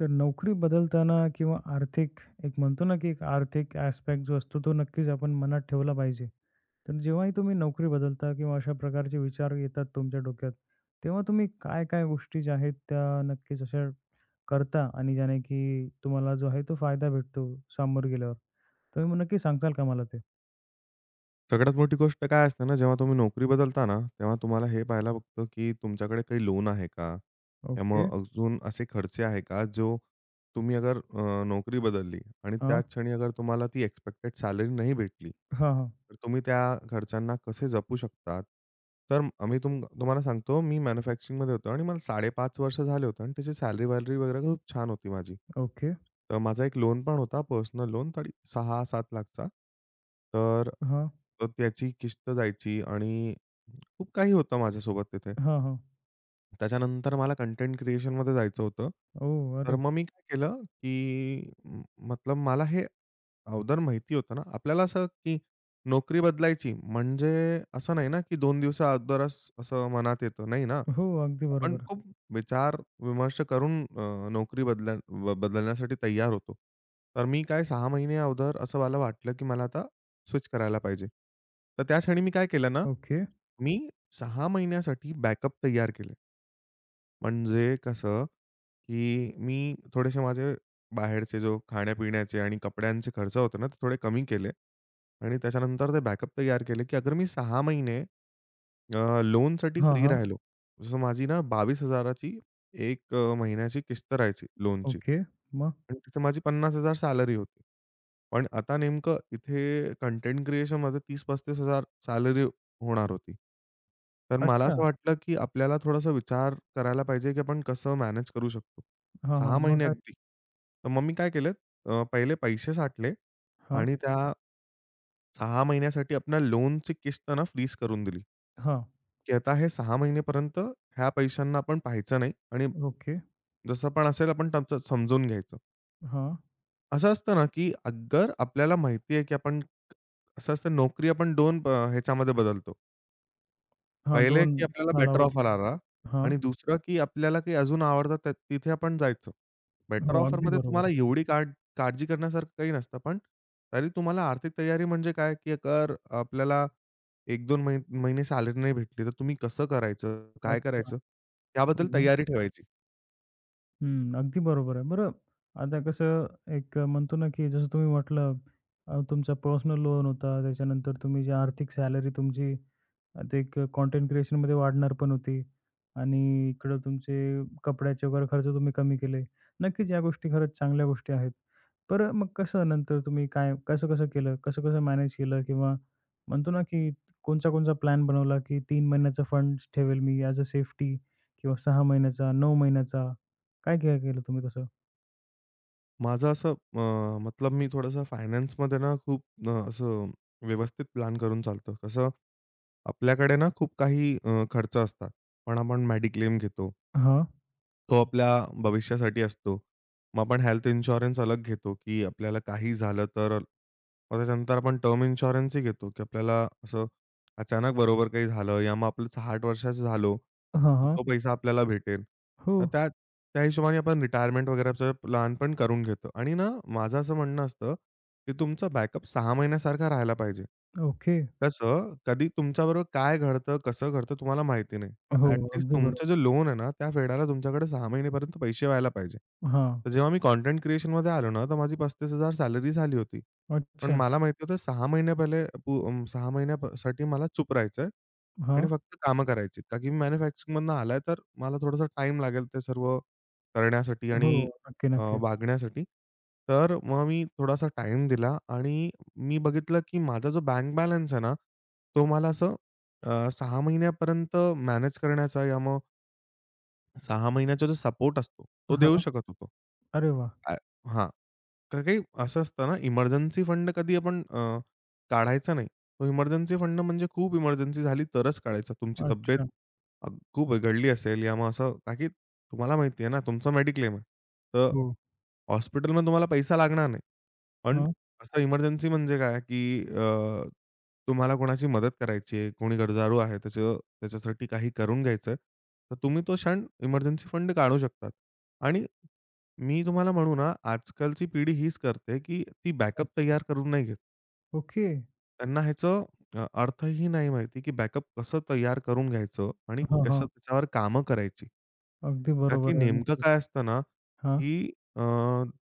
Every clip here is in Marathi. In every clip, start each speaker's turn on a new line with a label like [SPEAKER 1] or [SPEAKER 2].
[SPEAKER 1] तर नोकरी बदलताना किंवा आर्थिक एक म्हणतो ना, की एक आर्थिक ॲस्पेक्ट जो असतो तो नक्कीच आपण मनात ठेवला पाहिजे. तर जेव्हाही तुम्ही नोकरी बदलता किंवा अशा प्रकारचे विचार येतात तुमच्या डोक्यात, तेव्हा तुम्ही काय-काय गोष्टी ज्या आहेत त्या नक्कीच अशा करता आणि ज्याने की तुम्हाला जो आहे तो फायदा भेटतो सामोरं गेल्यावर? तुम्ही नक्की सांगताल का मला ते?
[SPEAKER 2] सगळ्यात मोठी गोष्ट काय असते ना, जेव्हा तुम्ही नोकरी बदलता ना, तेव्हा तुम्हाला हे पाहायला बघतो, की तुमच्याकडे काही लोन आहे का? त्यामुळं
[SPEAKER 1] ओके.
[SPEAKER 2] अजून असे खर्चे आहे का, जो तुम्ही अगर नोकरी बदलली आणि
[SPEAKER 1] हां.
[SPEAKER 2] त्याच क्षणी अगर तुम्हाला ती एक्स्पेक्टेड सॅलरी नाही भेटली,
[SPEAKER 1] हां, हां.
[SPEAKER 2] तर तुम्ही त्या खर्चांना कसे जपू शकतात? तर आम्ही तुम्हाला सांगतो, मी मॅन्युफॅक्चरिंगमध्ये होतो आणि मला 5.5 वर्ष झाले होते आणि त्याची सॅलरी-वॅलरी वगैरे खूप छान होती माझी.
[SPEAKER 1] ओके.
[SPEAKER 2] तर माझा एक लोन पण होता, पर्सनल लोन तरी 6-7 लाखचा. तर
[SPEAKER 1] हां.
[SPEAKER 2] त्याची किस्त जायची आणि खूप काही होतं माझ्यासोबत तिथे.
[SPEAKER 1] हां, हां.
[SPEAKER 2] त्याच्यानंतर मला कंटेंट क्रिएशनमध्ये जायचं होतं.
[SPEAKER 1] ओह!
[SPEAKER 2] तर
[SPEAKER 1] अरे!
[SPEAKER 2] मग मी काय केलं, की मतलब मला हे अगोदर माहिती होतं ना, आपल्याला असं की नोकरी बदलायची म्हणजे असं नाही ना, की 2 दिवसा अगोदरच असं मनात येतं. नाही ना.
[SPEAKER 1] हो, अगदी
[SPEAKER 2] आपण
[SPEAKER 1] बरोबर.
[SPEAKER 2] खूप विचार-विमर्श करून नोकरी बदलण्यासाठी तयार होतो. तर मी काय 6 महिने अगोदर असं मला वाटलं, की मला आता स्विच करायला पाहिजे. तर त्या क्षणी मी काय केलं ना,
[SPEAKER 1] ओके.
[SPEAKER 2] मी 6 महिन्यासाठी बॅकअप तयार केले. म्हणजे कसं, की मी थोडेसे माझे बाहेरचे जो खाण्यापिण्याचे आणि कपड्यांचे खर्च होते ना, ते थोडे कमी केले. आणि त्याच्यानंतर ते बॅकअप तयार केले, की अगर मी 6 महिने लोनसाठी
[SPEAKER 1] हां,
[SPEAKER 2] फ्री
[SPEAKER 1] हां.
[SPEAKER 2] राहिलो. जसं माझी ना 22,000 ची एक महिन्याची किस्त राहायची लोनची
[SPEAKER 1] ओके. मग?
[SPEAKER 2] आणि तिथे माझी 50,000 सॅलरी होती. पण आता नेमकं इथे कंटेंट क्रिएशनमध्ये 30,000-35,000 सॅलरी होणार होती. तर मला
[SPEAKER 1] अच्छा.
[SPEAKER 2] असं वाटलं, की आपल्याला थोडासा विचार करायला पाहिजे, की आपण कसं मॅनेज करू शकतो.
[SPEAKER 1] हां, हां.
[SPEAKER 2] 6
[SPEAKER 1] मग
[SPEAKER 2] महिने बरोबर. अगदी. तर मग मी काय केलं पहिले पैसे साठले
[SPEAKER 1] हां,
[SPEAKER 2] आणि त्या 6 महिन्यासाठी आपण लोनची किस्त ना फ्रीज करून दिली,
[SPEAKER 1] हां.
[SPEAKER 2] की आता हे 6 महिनेपर्यंत ह्या पैशांना आपण पाहायचं नाही आणि
[SPEAKER 1] ओके.
[SPEAKER 2] जसं पण असेल आपण त्याचं समजून घ्यायचं.
[SPEAKER 1] हां,
[SPEAKER 2] असं असतं ना, की अगर आपल्याला माहिती आहे, की आपण असं असतं नोकरी आपण 2 ह्याच्यामध्ये बदलतो.
[SPEAKER 1] हां.
[SPEAKER 2] पहिले
[SPEAKER 1] 2
[SPEAKER 2] की आपल्याला बेटर
[SPEAKER 1] कालावधी.
[SPEAKER 2] ऑफर आला
[SPEAKER 1] हां.
[SPEAKER 2] आणि दुसरं की आपल्याला काही अजून आवडतं त्या तिथे आपण जायचं. बेटर
[SPEAKER 1] हो, अगदी
[SPEAKER 2] ऑफरमध्ये तुम्हाला
[SPEAKER 1] बरोबर.
[SPEAKER 2] एवढी काळजी करण्यासारखं काही नसतं. पण तरी तुम्हाला आर्थिक तयारी म्हणजे काय, की अगर आपल्याला 1-2 महिने सॅलरी नाही भेटली, तर तुम्ही कसं करायचं, काय
[SPEAKER 1] अच्छा.
[SPEAKER 2] करायचं,
[SPEAKER 1] हं,
[SPEAKER 2] याबद्दल
[SPEAKER 1] हं.
[SPEAKER 2] तयारी ठेवायची.
[SPEAKER 1] हं, अगदी बरोबर आहे. बरं, आता कसं एक म्हणतो ना, की जसं तुम्ही म्हटलं तुमचा पर्सनल लोन होता, त्याच्यानंतर तुम्ही जी आर्थिक सॅलरी तुमची आता एक कंटेंट क्रिएशनमध्ये वाढणार पण होती आणि इकडं तुमचे कपड्याचे वगैरे खर्च तुम्ही कमी केले. नक्कीच या गोष्टी खरंच चांगल्या गोष्टी आहेत. बरं मग कसं नंतर तुम्ही काय कसं-कसं केलं? कसं-कसं मॅनेज केलं? किंवा म्हणतो ना, की कोणचा-कोणचा प्लॅन बनवला, की 3 महिन्याचा फंड ठेवेल मी ॲज अ सेफ्टी किंवा 6 महिन्याचा, 9 महिन्याचा? काय काय केलं तुम्ही तसं?
[SPEAKER 2] माझं असं मतलब मी थोडंसं फायनान्समध्ये ना खूप असं व्यवस्थित प्लॅन करून चालतो. कसं आपल्याकडे ना खूप काही खर्च असतात. पण आपण मेडिक्लेम घेतो.
[SPEAKER 1] हां.
[SPEAKER 2] तो आपल्या भविष्यासाठी असतो. मग आपण हेल्थ इन्शुरन्स अलग घेतो, की आपल्याला काही झालं तर मग त्याच्यानंतर आपण टर्म इन्शुरन्सही घेतो, की आपल्याला असं अचानक बरोबर काही झालं या मग आपलं 60 वर्षाचं झालो,
[SPEAKER 1] हां,
[SPEAKER 2] तर
[SPEAKER 1] हां.
[SPEAKER 2] तो पैसा आपल्याला भेटेल.
[SPEAKER 1] हो.
[SPEAKER 2] तर त्या त्या हिशोबाने आपण रिटायरमेंट वगैरेचं प्लॅन पण करून घेतो. आणि ना माझं असं म्हणणं असतं, की तुमचा बॅकअप 6 महिन्यासारखा राहायला पाहिजे.
[SPEAKER 1] ओके.
[SPEAKER 2] कसं कधी तुमच्याबरोबर काय घडतं, कसं घडतं तुम्हाला माहिती नाही. तर
[SPEAKER 1] हो, अगदी
[SPEAKER 2] तुमचं
[SPEAKER 1] बरोबर.
[SPEAKER 2] जे लोन आहे ना, त्या फेडायला तुमच्याकडे 6 महिनेपर्यंत पैसे व्हायला पाहिजे.
[SPEAKER 1] हां.
[SPEAKER 2] तर जेव्हा मी कंटेंट क्रिएशनमध्ये आलो ना, तर माझी 35,000 सॅलरी झाली होती. पण
[SPEAKER 1] अच्छा.
[SPEAKER 2] मला माहिती होतं 6 महिने 6 महिन्यासाठी मला चूप राहायचंय आणि
[SPEAKER 1] हां.
[SPEAKER 2] फक्त कामं करायची. का की मी मॅन्युफॅक्चरिंगमधनं आलाय, तर मला थोडासा टाईम लागेल ते सर्व करण्यासाठी
[SPEAKER 1] हो,
[SPEAKER 2] आणि
[SPEAKER 1] नक्की, नक्की.
[SPEAKER 2] वागण्यासाठी. तर मग मी थोडासा टाईम दिला आणि मी बघितलं की माझा जो बँक बॅलन्स आहे ना, तो मला असं 6 महिन्यापर्यंत मॅनेज करण्याचा या मग 6 महिन्याचा जो सपोर्ट असतो, तो देऊ
[SPEAKER 1] हां.
[SPEAKER 2] शकत होतो.
[SPEAKER 1] अरे वाह!
[SPEAKER 2] आ हां. का काही असं असतं ना, इमर्जन्सी फंड कधी आपण काढायचा नाही. तो इमर्जन्सी फंड म्हणजे खूप इमर्जन्सी झाली तरच काढायचा. तुमची तब्येत
[SPEAKER 1] अच्छा.
[SPEAKER 2] अ, खूप बिघडली असेल या मग असं का की तुम्हाला माहिती आहे ना, तुमचं मेडिक्लेम आहे. तर
[SPEAKER 1] हो.
[SPEAKER 2] हॉस्पिटलमध्ये तुम्हाला पैसा लागणार नाही. पण
[SPEAKER 1] हां.
[SPEAKER 2] असं इमर्जन्सी म्हणजे काय की अ, तुम्हाला कोणाची मदत करायची आहे, कोणी गरजारू आहे, त्याचं त्याच्यासाठी काही करून घ्यायचं तर तुम्ही तो क्षण इमर्जन्सी फंड काढू शकतात आणि मी तुम्हाला म्हणू ना, आजकालची पिढी हीच करते, की ती बॅकअप
[SPEAKER 1] अच्छा.
[SPEAKER 2] तयार करून नाही घेत.
[SPEAKER 1] ओके.
[SPEAKER 2] त्यांना ह्याचं अर्थही नाही माहिती, की बॅकअप कसं तयार करून घ्यायचं आणि
[SPEAKER 1] हां, हां.
[SPEAKER 2] कसं त्याच्यावर कामं करायची.
[SPEAKER 1] अगदी
[SPEAKER 2] का की
[SPEAKER 1] बरोबर आहे.
[SPEAKER 2] नेमकं
[SPEAKER 1] नक्कीच.
[SPEAKER 2] काय असतं ना,
[SPEAKER 1] हां.
[SPEAKER 2] की अ,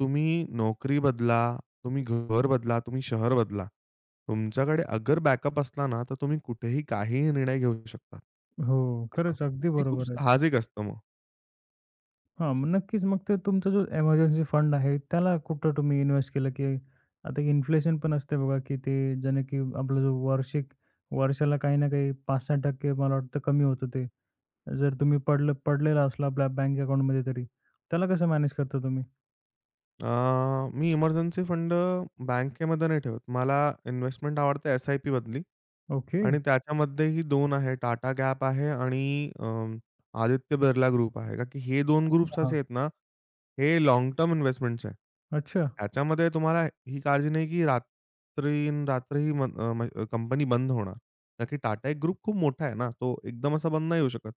[SPEAKER 2] तुम्ही नोकरी बदला, तुम्ही घर बदला, तुम्ही शहर बदला. तुमच्याकडे अगर बॅकअप असला ना, तर तुम्ही कुठेही काहीही निर्णय घेऊ शकता.
[SPEAKER 1] हो,
[SPEAKER 2] असं.
[SPEAKER 1] खरंच अगदी
[SPEAKER 2] हे खूप
[SPEAKER 1] बरोबर आहे.
[SPEAKER 2] साहजिक असतं मग.
[SPEAKER 1] हां, मग नक्कीच. मग ते तुमचा जो एमर्जन्सी फंड आहे, त्याला कुठं तुम्ही इन्व्हेस्ट केलं, की आता इन्फ्लेशन पण असते बघा, की ते ज्याने की आपला जो वार्षिक वर्षाला काही ना काही 5-6% मला वाटतं कमी होतं ते. जर तुम्ही पडलेला असला आपल्या बँक अकाउंटमध्ये तरी. त्याला कसं मॅनेज करता तुम्ही?
[SPEAKER 2] अ, मी इमर्जन्सी फंड बँकेमध्ये नाही ठेवत. मला इन्व्हेस्टमेंट आवडते एस-आय-पी मधली
[SPEAKER 1] ओके.
[SPEAKER 2] आणि त्याच्यामध्येही 2 आहे. टाटा गॅप आहे आणि आदित्य बिर्ला ग्रुप आहे. का की हे दोन ग्रुप्स असे
[SPEAKER 1] हां.
[SPEAKER 2] आहेत ना, हे लॉंग टर्म इन्व्हेस्टमेंट्स आहे.
[SPEAKER 1] अच्छा.
[SPEAKER 2] त्याच्यामध्ये तुम्हाला ही काळजी नाही, की रात्री-रात्र ही कंपनी बंद होणार. का की टाटा एक ग्रुप खूप मोठा आहे ना, तो एकदम असा बंद नाही होऊ शकत.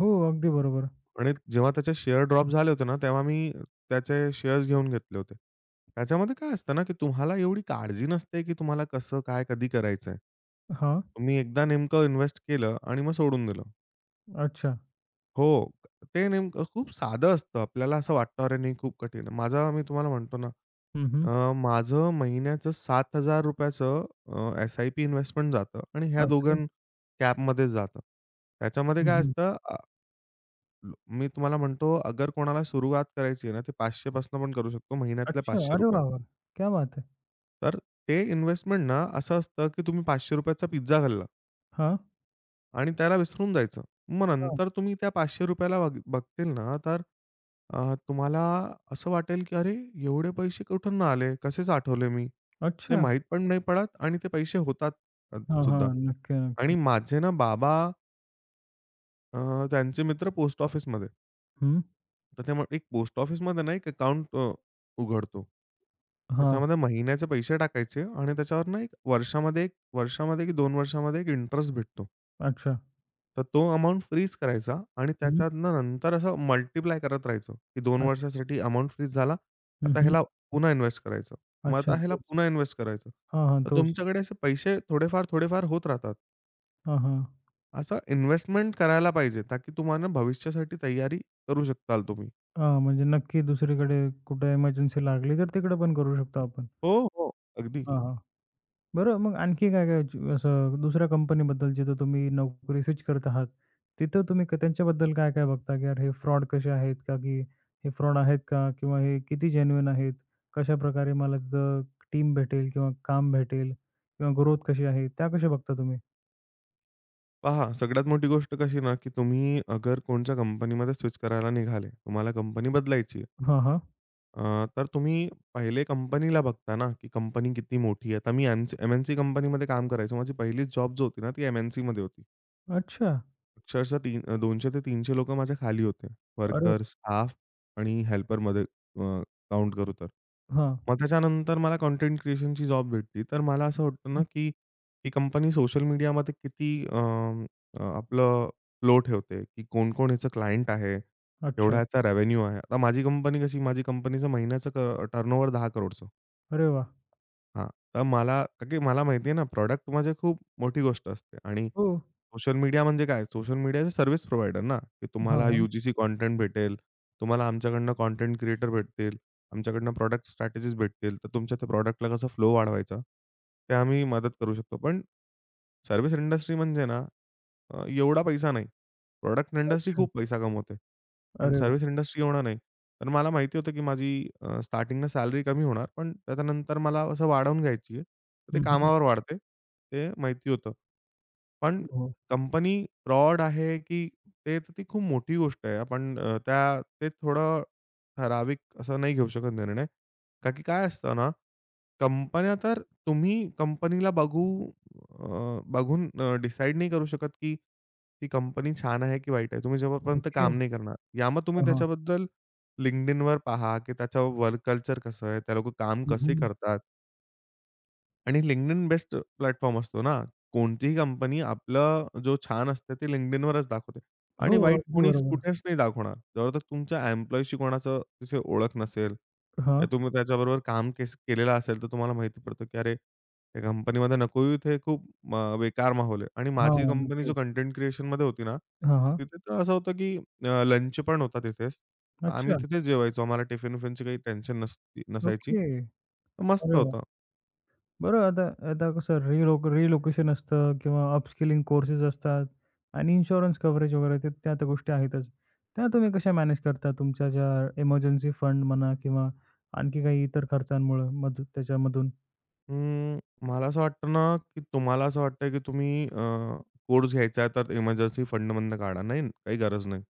[SPEAKER 1] हो, अगदी बरोबर.
[SPEAKER 2] आणि जेव्हा त्याचे शेअर ड्रॉप झाले होते ना, तेव्हा मी त्याचे शेअर्स घेऊन घेतले होते. त्याच्यामध्ये काय असतं ना, की तुम्हाला एवढी काळजी नसते, की तुम्हाला कसं, काय, कधी करायचंय.
[SPEAKER 1] हां.
[SPEAKER 2] तुम्ही एकदा नेमकं इन्व्हेस्ट केलं आणि मग सोडून दिलं.
[SPEAKER 1] अच्छा.
[SPEAKER 2] हो, ते नेमकं खूप साधं असतं. आपल्याला असं वाटतं, "अरे नाही, खूप कठीण आहे." माझा मी तुम्हाला म्हणतो ना,
[SPEAKER 1] हं, हं.
[SPEAKER 2] माझं महिन्याचं ₹7,000 चं एस-आय-पी इन्व्हेस्टमेंट जातं आणि ह्या
[SPEAKER 1] अच्छा.
[SPEAKER 2] दोघं कॅपमध्येच जातं. त्याच्यामध्ये
[SPEAKER 1] हं,
[SPEAKER 2] काय
[SPEAKER 1] हं.
[SPEAKER 2] असतं मी तुम्हाला म्हणतो अगर कोणाला सुरुवात करायची आहे ना, ते 500 पासून पण करू शकतो महिन्यातले
[SPEAKER 1] अच्छा. अरे
[SPEAKER 2] ₹500.
[SPEAKER 1] वाह, वाह! क्या बात है!
[SPEAKER 2] तर ते इन्व्हेस्टमेंट ना असं असतं, की तुम्ही ₹500 चा पिझ्झा खाल्ला
[SPEAKER 1] हां.
[SPEAKER 2] आणि त्याला विसरून जायचं. मग
[SPEAKER 1] हां.
[SPEAKER 2] नंतर तुम्ही त्या ₹500 ला बघतील ना, तर तुम्हाला असं वाटेल, की अरे एवढे पैसे कुठून ना आले? कसे साठवले मी? ते
[SPEAKER 1] अच्छा.
[SPEAKER 2] माहीत पण नाही पडत आणि ते पैसे होतात अ,
[SPEAKER 1] हां,
[SPEAKER 2] सुद्धा.
[SPEAKER 1] हां. नक्की,
[SPEAKER 2] आणि
[SPEAKER 1] नक्की.
[SPEAKER 2] माझे ना बाबा त्यांचे मित्र पोस्ट ऑफिसमध्ये.
[SPEAKER 1] हं.
[SPEAKER 2] तर ते मग एक पोस्ट ऑफिसमध्ये ना एक अकाउंट उघडतो.
[SPEAKER 1] हां.
[SPEAKER 2] त्याच्यामध्ये महिन्याचे पैसे टाकायचे आणि त्याच्यावर ना, एक वर्षामध्ये की 2 वर्षामध्ये एक इंटरेस्ट भेटतो.
[SPEAKER 1] अच्छा.
[SPEAKER 2] तर तो अमाउंट फ्रीज करायचा आणि
[SPEAKER 1] हं,
[SPEAKER 2] त्याच्यातनं नंतर असं मल्टिप्लाय करत राहायचं, की 2
[SPEAKER 1] अच्छा.
[SPEAKER 2] वर्षासाठी अमाउंट फ्रीज झाला.
[SPEAKER 1] हं,
[SPEAKER 2] आता
[SPEAKER 1] हं.
[SPEAKER 2] ह्याला पुन्हा इन्वेस्ट करायचं. मग
[SPEAKER 1] अच्छा
[SPEAKER 2] आता ह्याला
[SPEAKER 1] तोच.
[SPEAKER 2] पुन्हा इन्वेस्ट करायचं.
[SPEAKER 1] हां, हां.
[SPEAKER 2] तर
[SPEAKER 1] तोच.
[SPEAKER 2] तुमच्याकडे असे पैसे थोडेफार, थोडेफार होत राहतात.
[SPEAKER 1] हां, हां.
[SPEAKER 2] असं इन्व्हेस्टमेंट करायला पाहिजे, ताकी तुम्हाला भविष्यासाठी तयारी करू शकाल तुम्ही.
[SPEAKER 1] हां, म्हणजे नक्की दुसरीकडे कुठे इमर्जन्सी लागली तर तिकडे पण करू शकतो आपण.
[SPEAKER 2] हो, हो. अगदी.
[SPEAKER 1] हां, हां. बरं मग आणखी काय काय असं दुसऱ्या कंपनीबद्दल जिथं तुम्ही नोकरी स्विच करत आहात, तिथं तुम्ही त्यांच्याबद्दल काय काय बघता, की यार हे फ्रॉड कसे आहेत का, की हे फ्रॉड आहेत का किंवा हे किती जेन्युइन आहेत? कशाप्रकारे मला तिथं टीम भेटेल किंवा काम भेटेल किंवा ग्रोथ कशी आहे, त्या कशा बघता तुम्ही?
[SPEAKER 2] पहा, सगळ्यात मोठी गोष्ट कशी ना, की तुम्ही अगर कोणच्या कंपनीमध्ये स्विच करायला निघाले, तुम्हाला कंपनी बदलायची आहे.
[SPEAKER 1] हां, हां.
[SPEAKER 2] तर तुम्ही पहिले कंपनीला बघता ना, की कंपनी किती मोठी आहे. आता मी एम-एन-सी कंपनीमध्ये काम करायचो. माझी पहिलीच जॉब जी होती ना, ती एम-एन-सीमध्ये होती.
[SPEAKER 1] अच्छा.
[SPEAKER 2] अक्षरशः तीन 200 ते 300 लोकं माझ्या खाली होते.
[SPEAKER 1] अरे!
[SPEAKER 2] वर्कर, स्टाफ आणि हेल्परमध्ये काउंट करू तर.
[SPEAKER 1] हां.
[SPEAKER 2] मग त्याच्यानंतर मला कंटेंट क्रिएशनची जॉब भेटली. तर मला असं वाटतं ना,
[SPEAKER 1] हं.
[SPEAKER 2] की ही कंपनी सोशल मीडियामध्ये किती अ, अ, आपलं फ्लो ठेवते, की कोण-कोण ह्याचं क्लायंट आहे, एवढा
[SPEAKER 1] अच्छा.
[SPEAKER 2] ह्याचा रेव्हेन्यू आहे. आता माझी कंपनी कशी, माझी कंपनीचं महिन्याचं टर्नओव्हर 10 करोडचं.
[SPEAKER 1] अरे वाह!
[SPEAKER 2] हां, तर मला का की मला माहिती आहे ना, प्रॉडक्ट म्हणजे खूप मोठी गोष्ट असते आणि
[SPEAKER 1] हो.
[SPEAKER 2] सोशल मीडिया म्हणजे काय? सोशल मीडियाचे सर्व्हिस प्रोव्हायडर ना, की
[SPEAKER 1] हां,
[SPEAKER 2] तुम्हाला
[SPEAKER 1] हां.
[SPEAKER 2] यूजीसी जी सी कंटेंट भेटेल, तुम्हाला आमच्याकडनं कंटेंट क्रिएटर भेटतील, आमच्याकडनं प्रॉडक्ट स्ट्रॅटेजीज भेटतील. तर तुमच्या त्या प्रॉडक्टला कसा फ्लो वाढवायचा, ते आम्ही मदत करू शकतो. पण सर्व्हिस इंडस्ट्री म्हणजे ना एवढा पैसा नाही. प्रॉडक्ट इंडस्ट्री
[SPEAKER 1] अच्छा.
[SPEAKER 2] खूप पैसा कमवते. पण
[SPEAKER 1] अरे वाह!
[SPEAKER 2] सर्व्हिस इंडस्ट्री एवढा नाही. तर मला माहिती होतं की माझी स्टार्टिंगला सॅलरी कमी होणार, पण त्याच्यानंतर मला असं वाढवून घ्यायची आहे. तर ते
[SPEAKER 1] हं, हं.
[SPEAKER 2] कामावर वाढते. ते माहिती होतं. पण
[SPEAKER 1] हो.
[SPEAKER 2] कंपनी फ्रॉड आहे की ते तर ती खूप मोठी गोष्ट आहे. आपण त्या ते थोडं ठराविक असं नाही घेऊ शकत निर्णय. का की काय असतं ना, कंपन्या तर तुम्ही कंपनीला बघून डिसाईड नाही करू शकत, की ती कंपनी छान आहे की वाईट आहे. तुम्ही जेव्हापर्यंत
[SPEAKER 1] ओके.
[SPEAKER 2] काम नाही करणार. या मग तुम्ही
[SPEAKER 1] हां, हां.
[SPEAKER 2] त्याच्याबद्दल LinkedInवर पहा, की त्याचं वर्क कल्चर कसं आहे? ते लोकं काम
[SPEAKER 1] हं,
[SPEAKER 2] कसे
[SPEAKER 1] हं.
[SPEAKER 2] करतात? आणि LinkedIn बेस्ट प्लॅटफॉर्म असतो ना. कोणतीही कंपनी आपलं जो छान असतं ते LinkedInवरच दाखवते
[SPEAKER 1] हो,
[SPEAKER 2] आणि वाईट
[SPEAKER 1] अगदी
[SPEAKER 2] कोणीच
[SPEAKER 1] बरोबर.
[SPEAKER 2] कुठेच नाही दाखवणार. जवळतक तुमच्या एम्प्लॉयीशी कोणाचं तशी ओळख नसेल
[SPEAKER 1] हां.
[SPEAKER 2] या तुम्ही त्याच्याबरोबर काम केलेलं असेल, तर तुम्हाला माहिती पडतं, की अरे, त्या कंपनीमध्ये नको येऊ, इथे खूप बेकार माहोल आहे आणि माझी
[SPEAKER 1] हां,
[SPEAKER 2] कंपनी जो
[SPEAKER 1] नक्कीच.
[SPEAKER 2] कंटेंट क्रिएशनमध्ये होती ना,
[SPEAKER 1] हां, हां.
[SPEAKER 2] तिथे तर असं होतं, की लंच पण होता तिथेच. आम्ही
[SPEAKER 1] अच्छा.
[SPEAKER 2] तिथेच जेवायचो. आम्हाला टिफिन-विफिनची काही टेन्शन नसायची.
[SPEAKER 1] ओके.
[SPEAKER 2] तर
[SPEAKER 1] अरे
[SPEAKER 2] मस्त
[SPEAKER 1] वाह!
[SPEAKER 2] होतं.
[SPEAKER 1] बरं आता आता कसं रिलोकेशन असतं किंवा अपस्किलिंग कोर्सेस असतात आणि इन्शुरन्स कव्हरेज वगैरे ते त्या तर गोष्टी आहेतच. त्या तुम्ही कशा मॅनेज करता तुमच्या ज्या इमर्जन्सी फंड म्हणा किंवा आणखी काही इतर खर्चांमुळं त्याच्यामधून?
[SPEAKER 2] अं, मला असं वाटतं ना, की तुम्हाला असं वाटतं की तुम्ही कोर्स घ्यायचा आहे, तर इमर्जन्सी फंडमधनं काढा. नाही, काही गरज नाही.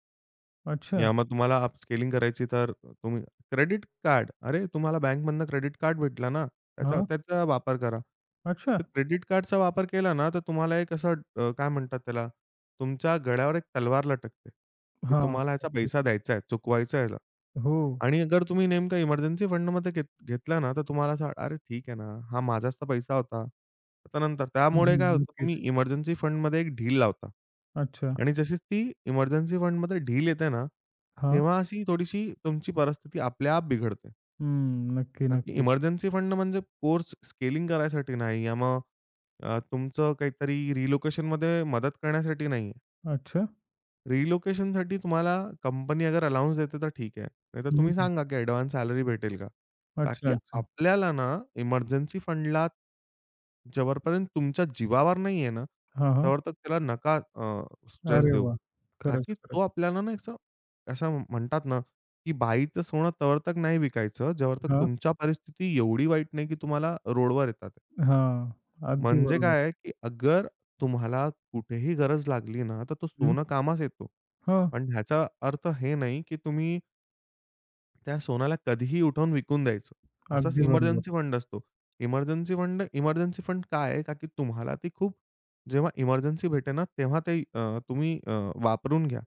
[SPEAKER 1] अच्छा.
[SPEAKER 2] या तुम्हाला अपस्केलिंग करायची, तर तुम्ही क्रेडिट कार्ड, अरे तुम्हाला बँकमधनं क्रेडिट कार्ड भेटला ना, त्याचा
[SPEAKER 1] हां.
[SPEAKER 2] त्याचा वापर करा.
[SPEAKER 1] अच्छा.
[SPEAKER 2] तर क्रेडिट कार्डचा वापर केला ना, तर तुम्हाला एक असं काय म्हणतात त्याला, तुमच्या गळ्यावर एक तलवार लटकते, की
[SPEAKER 1] हां.
[SPEAKER 2] तुम्हाला ह्याचा
[SPEAKER 1] नक्कीच.
[SPEAKER 2] पैसा द्यायचा आहे, चुकवायचा आहे.
[SPEAKER 1] हो.
[SPEAKER 2] आणि अगर तुम्ही नेमका इमर्जन्सी फंडमध्ये घेतला ना, तर तुम्हाला असं अरे ठीक आहे ना, हा माझाच तर पैसा होता. त्यानंतर त्यामुळे काय
[SPEAKER 1] हं,
[SPEAKER 2] होतं तुम्ही
[SPEAKER 1] नक्कीच.
[SPEAKER 2] इमर्जन्सी फंडमध्ये एक ढील लावता.
[SPEAKER 1] अच्छा.
[SPEAKER 2] आणि जशीच ती इमर्जन्सी फंडमध्ये ढील येते ना,
[SPEAKER 1] हां.
[SPEAKER 2] तेव्हा अशी थोडीशी तुमची परिस्थिती आपल्या आप बिघडते.
[SPEAKER 1] हं. नक्की,
[SPEAKER 2] का की
[SPEAKER 1] नक्कीच.
[SPEAKER 2] इमर्जन्सी फंड म्हणजे कोर्स स्केलिंग करायसाठी नाही, या मग तुमचं काहीतरी रिलोकेशनमध्ये मदत करण्यासाठी नाही.
[SPEAKER 1] अच्छा.
[SPEAKER 2] रिलोकेशनसाठी तुम्हाला कंपनी अगर अलाउन्स देते तर ठीक आहे. नाहीतर
[SPEAKER 1] हं,
[SPEAKER 2] तुम्ही
[SPEAKER 1] हं.
[SPEAKER 2] सांगा की ॲडव्हान्स सॅलरी भेटेल का? का
[SPEAKER 1] अच्छा,
[SPEAKER 2] की
[SPEAKER 1] अच्छा.
[SPEAKER 2] आपल्याला ना इमर्जन्सी फंडला जोपर्यंत तुमच्या जीवावर नाही आहे ना,
[SPEAKER 1] हां, हां.
[SPEAKER 2] तोपर्यंत त्याला नका स्ट्रेस
[SPEAKER 1] अरे
[SPEAKER 2] देऊ.
[SPEAKER 1] वाह!
[SPEAKER 2] का
[SPEAKER 1] खरंच,
[SPEAKER 2] की
[SPEAKER 1] खरंच.
[SPEAKER 2] तो आपल्याला ना असं असं म्हणतात ना, की "बाईचं सोनं तोवर तक नाही विकायचं, जोवर तक
[SPEAKER 1] हां,
[SPEAKER 2] तुमच्या परिस्थिती एवढी वाईट नाही की तुम्हाला रोडवर येतात."
[SPEAKER 1] हां. अगदी
[SPEAKER 2] म्हणजे
[SPEAKER 1] बरोबर.
[SPEAKER 2] काय आहे, की अगर तुम्हाला कुठेही गरज लागली ना, तर तो
[SPEAKER 1] हं.
[SPEAKER 2] सोनं कामास येतो.
[SPEAKER 1] हो.
[SPEAKER 2] पण ह्याचा अर्थ हे नाही, की तुम्ही त्या सोन्याला कधीही उठवून विकून द्यायचं. असाच
[SPEAKER 1] अगदी बरोबर.
[SPEAKER 2] इमर्जन्सी फंड असतो. इमर्जन्सी फंड काय आहे? का की तुम्हाला ती खूप जेव्हा इमर्जन्सी भेटे ना, तेव्हा ते तुम्ही वापरून घ्या.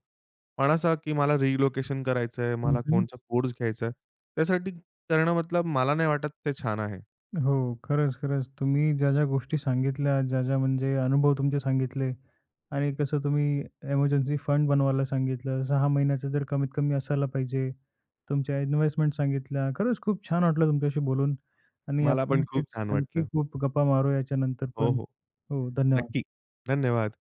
[SPEAKER 2] पण असं, की मला रिलोकेशन करायचं आहे,
[SPEAKER 1] हं,
[SPEAKER 2] मला
[SPEAKER 1] हं.
[SPEAKER 2] कोणचा कोर्स घ्यायचा आहे, त्यासाठी करणं मतलब मला नाही वाटत ते छान आहे.
[SPEAKER 1] हो. खरंच, खरंच. तुम्ही ज्या-ज्या गोष्टी सांगितल्या, ज्या-ज्या म्हणजे अनुभव तुमचे सांगितले आणि कसं तुम्ही इमर्जन्सी फंड बनवायला सांगितलं, 6 महिन्याचा जर कमीत कमी असायला पाहिजे. तुमच्या इन्व्हेस्टमेंट सांगितल्या. खरंच खूप छान वाटलं तुमच्याशी बोलून आणि
[SPEAKER 2] मला
[SPEAKER 1] आपण
[SPEAKER 2] पण खूप
[SPEAKER 1] नक्कीच
[SPEAKER 2] छान
[SPEAKER 1] आणखी
[SPEAKER 2] वाटलं.
[SPEAKER 1] खूप गप्पा मारू याच्यानंतर
[SPEAKER 2] हो,
[SPEAKER 1] पण.
[SPEAKER 2] हो.
[SPEAKER 1] हो,
[SPEAKER 2] नक्की.
[SPEAKER 1] धन्यवाद.
[SPEAKER 2] धन्यवाद.